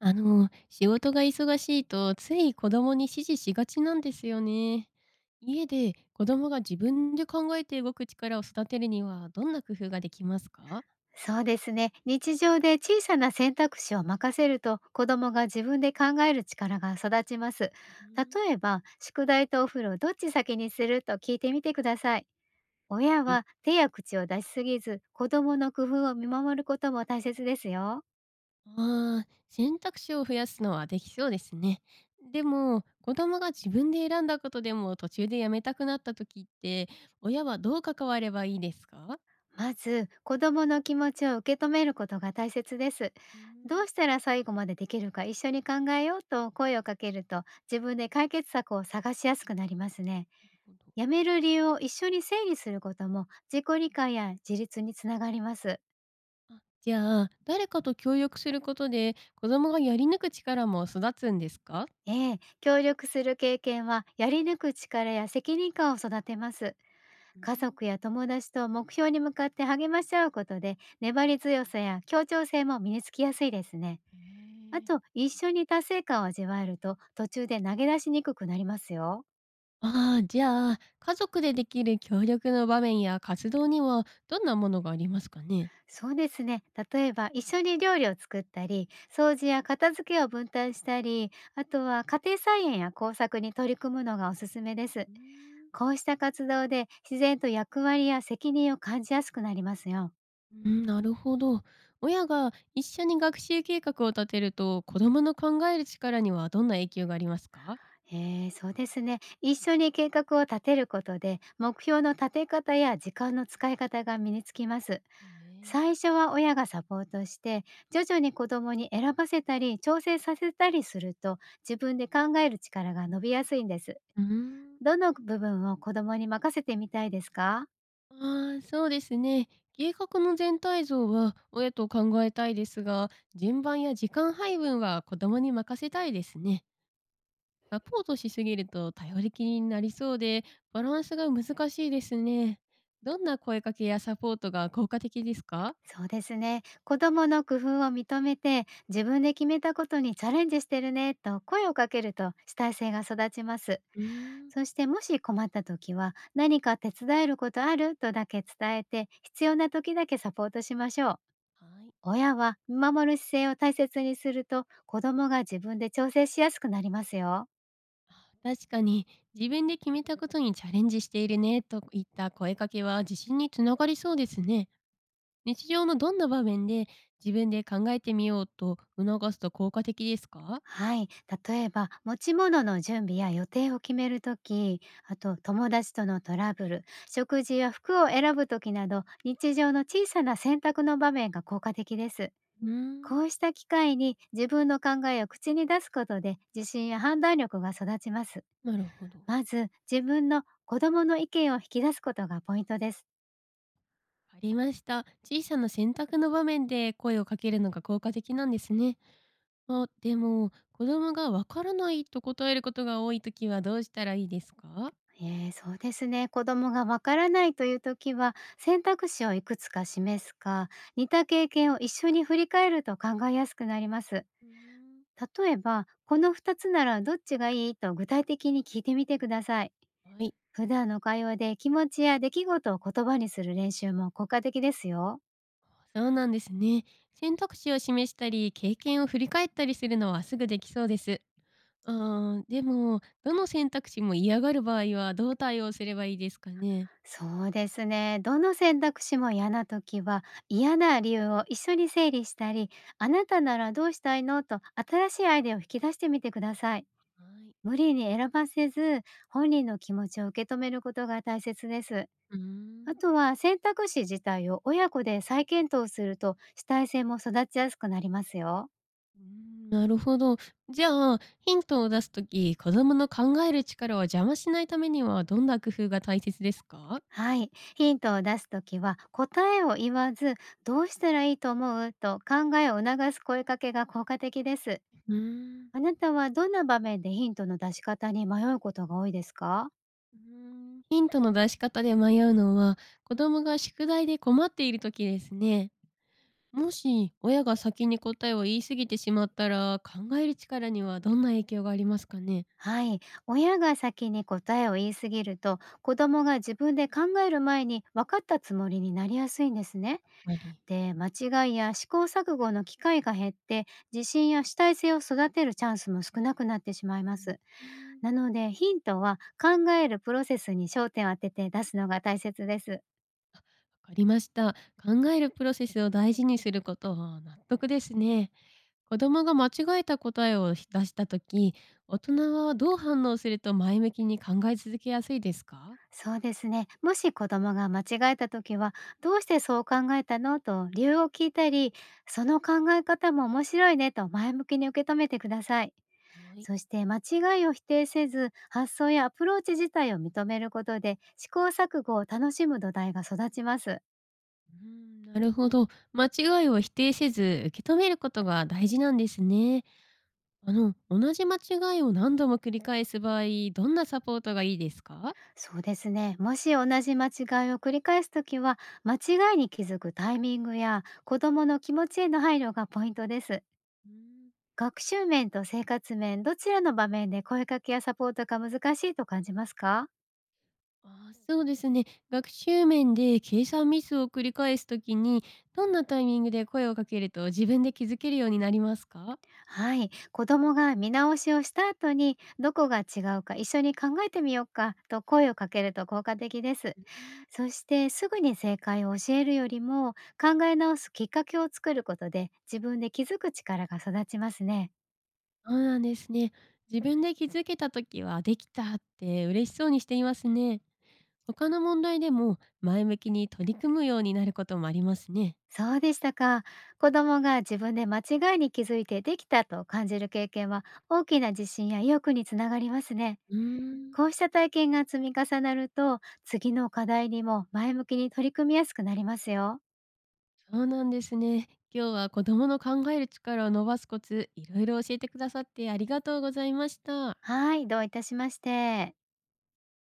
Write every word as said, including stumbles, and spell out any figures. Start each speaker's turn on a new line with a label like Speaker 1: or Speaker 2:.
Speaker 1: あの、仕事が忙しいとつい子供に指示しがちなんですよね。家で子供が自分で考えて動く力を育てるにはどんな工夫ができますか？
Speaker 2: そうですね。日常で小さな選択肢を任せると子供が自分で考える力が育ちます。
Speaker 1: うん。
Speaker 2: 例えば、宿題とお風呂どっち先にすると聞いてみてください。親
Speaker 1: い。
Speaker 2: は手や口を出しすぎず、子供の工夫を見守ることも大切ですよ。
Speaker 1: ああ、選択肢を増やすのはできそうですね。でも、子供が自分で選んだことでも途中でやめたくなった時って、親はどう関わればいいですか？
Speaker 2: まず、子供の気持ちを受け止めることが大切です。
Speaker 1: うーん
Speaker 2: ど
Speaker 1: な
Speaker 2: うしたら最後までできるか一緒に考えようと声をかけると自分で解決策を探しやすくなりますね。
Speaker 1: るほど。
Speaker 2: 辞める理由を一緒に整理することも自己理解や自立につながります。
Speaker 1: あ、じゃあ、誰かと協力することで子供がやり抜く力も育つんですか？
Speaker 2: ええ、協力する経験はやり抜く力や責任感を育てます。
Speaker 1: う
Speaker 2: 家
Speaker 1: ん、
Speaker 2: 族や友達と目標に向かって励まし合うことで粘り強さや協調性も身につきやすいですね。
Speaker 1: へ
Speaker 2: あ
Speaker 1: え。
Speaker 2: と一緒に達成感を味わえると途中で投げ出しにくくなりますよ。
Speaker 1: ああ、じゃあ、家族でできる協力の場面や活動にはどんなものがありますかね？
Speaker 2: そうですね。例えば一緒に料理を作ったり、掃除や片付けを分担したり、あとは家庭菜園や工作に取り組むのがおすすめです。
Speaker 1: うーん。
Speaker 2: こうした活動で自然と役割や責任を感じやすくなりますよ。
Speaker 1: うん、なるほど。親が一緒に学習計画を立てると、子供の考える力にはどんな影響がありますか？
Speaker 2: えー、そうですね。一緒に計画を立てることで、目標の立て方や時間の使い方が身につきます。
Speaker 1: へえ。
Speaker 2: 最初は親がサポートして、徐々に子どもに選ばせたり、調整させたりすると、自分で考える力が伸びやすいんです。
Speaker 1: うーん。
Speaker 2: どの部分を子供に任せてみたいですか？
Speaker 1: ああ、そうですね。計画の全体像は親と考えたいですが、順番や時間配分は子供に任せたいですね。サポートしすぎると頼りきりになりそうで、バランスが難しいですね。どんな声かけやサポートが効果的ですか？
Speaker 2: そうですね。子供の工夫を認めて、自分で決めたことにチャレンジしてるねと声をかけると主体性が育ちます。
Speaker 1: うーん。
Speaker 2: そしてもし困った時は、何か手伝えることあるとだけ伝えて、必要な時だけサポートしましょう。
Speaker 1: はい。
Speaker 2: 親は見守る姿勢を大切にすると、子供が自分で調整しやすくなりますよ。
Speaker 1: あ、確かに、自分で決めたことにチャレンジしているねといった声かけは自信につながりそうですね。日常のどんな場面で自分で考えてみようと促すと効果的ですか？
Speaker 2: はい。例えば、持ち物の準備や予定を決めるとき、あと友達とのトラブル、食事や服を選ぶときなど、日常の小さな選択の場面が効果的です。
Speaker 1: うーん、
Speaker 2: こうした機会に自分の考えを口に出すことで、自信や判断力が育ちます。
Speaker 1: なるほど。
Speaker 2: まず、自分の子供の意見を引き出すことがポイントです。
Speaker 1: ありました。小さな選択の場面で声をかけるのが効果的なんですね。あ、でも、子供がわからないと答えることが多いときはどうしたらいいですか？
Speaker 2: ええ、そうですね。子供がわからないという時は、選択肢をいくつか示すか、似た経験を一緒に振り返ると考えやすくなります。
Speaker 1: うーん。
Speaker 2: 例えば、このふたつならどっちがいいと具体的に聞いてみてください。
Speaker 1: はい。
Speaker 2: 普段の会話で気持ちや出来事を言葉にする練習も効果的ですよ。
Speaker 1: そうなんですね。選択肢を示したり、経験を振り返ったりするのはすぐできそうです。あー、でも、どの選択肢も嫌がる場合はどう対応すればいいですかね？
Speaker 2: そうですね。どの選択肢も嫌な時は、嫌な理由を一緒に整理したり、あなたならどうしたいのと新しいアイデアを引き出してみてください。
Speaker 1: はい。
Speaker 2: 無理に選ばせず、本人の気持ちを受け止めることが大切です。
Speaker 1: うー
Speaker 2: あ
Speaker 1: ん。
Speaker 2: とは選択肢自体を親子で再検討すると主体性も育ちやすくなりますよ。
Speaker 1: うーん、なるほど。じゃあ、ヒントを出すとき、子供の考える力を邪魔しないためにはどんな工夫が大切ですか？
Speaker 2: はい。ヒントを出すときは答えを言わず、どうしたらいいと思うと考えを促す声かけが効果的です。
Speaker 1: うーん。
Speaker 2: あなたはどんな場面でヒントの出し方に迷うことが多いですか？
Speaker 1: うーん、ヒントの出し方で迷うのは、子供が宿題で困っている時ですね。もし親が先に答えを言い過ぎてしまったら、考える力にはどんな影響がありますかね？
Speaker 2: はい。親が先に答えを言いすぎると、子供が自分で考える前に分かったつもりになりやすいんですね。
Speaker 1: やっぱり。
Speaker 2: で、間違いや試行錯誤の機会が減って、自信や主体性を育てるチャンスも少なくなってしまいます。
Speaker 1: うーん、わ
Speaker 2: なので、ヒントは考えるプロセスに焦点を当てて出すのが大切です。
Speaker 1: かりました。考えるプロセスを大事にすることは納得ですね。子供が間違えた答えを出した時、大人はどう反応すると前向きに考え続けやすいですか？
Speaker 2: そうですね。もし子供が間違えた時は、どうしてそう考えたのと理由を聞いたり、その考え方も面白いねと前向きに受け止めてください。
Speaker 1: はい。
Speaker 2: そして間違いを否定せず、発想やアプローチ自体を認めることで、試行錯誤を楽しむ土台が育ちます。
Speaker 1: うーん、なるほど。間違いを否定せず、受け止めることが大事なんですね。あの、同じ間違いを何度も繰り返す場合、どんなサポートがいいですか？
Speaker 2: そうですね。もし同じ間違いを繰り返すときは、間違いに気づくタイミングや子供の気持ちへの配慮がポイントです。
Speaker 1: うーん。
Speaker 2: 学習面と生活面、どちらの場面で声かけやサポートが難しいと感じますか？
Speaker 1: あー、そうですね。学習面で計算ミスを繰り返すときに、どんなタイミングで声をかけると自分で気づけるようになりますか？
Speaker 2: はい、子供が見直しをした後にどこが違うか一緒に考えてみようかと声をかけると効果的です。
Speaker 1: うん。
Speaker 2: そしてすぐに正解を教えるよりも考え直すきっかけを作ることで自分で気づく力が育ちますね。
Speaker 1: そうなんですね。自分で気づけたときは、できたって嬉しそうにしていますね。他の問題でも前向きに取り組むようになることもありますね。
Speaker 2: そうでしたか。子供が自分で間違いに気づいてできたと感じる経験は大きな自信や意欲につながりますね。
Speaker 1: うーん、
Speaker 2: こうした体験が積み重なると次の課題にも前向きに取り組みやすくなりますよ。
Speaker 1: そうなんですね。今日は子供の考える力を伸ばすコツ、いろいろ教えてくださってありがとうございました。
Speaker 2: はい、どういたしまして。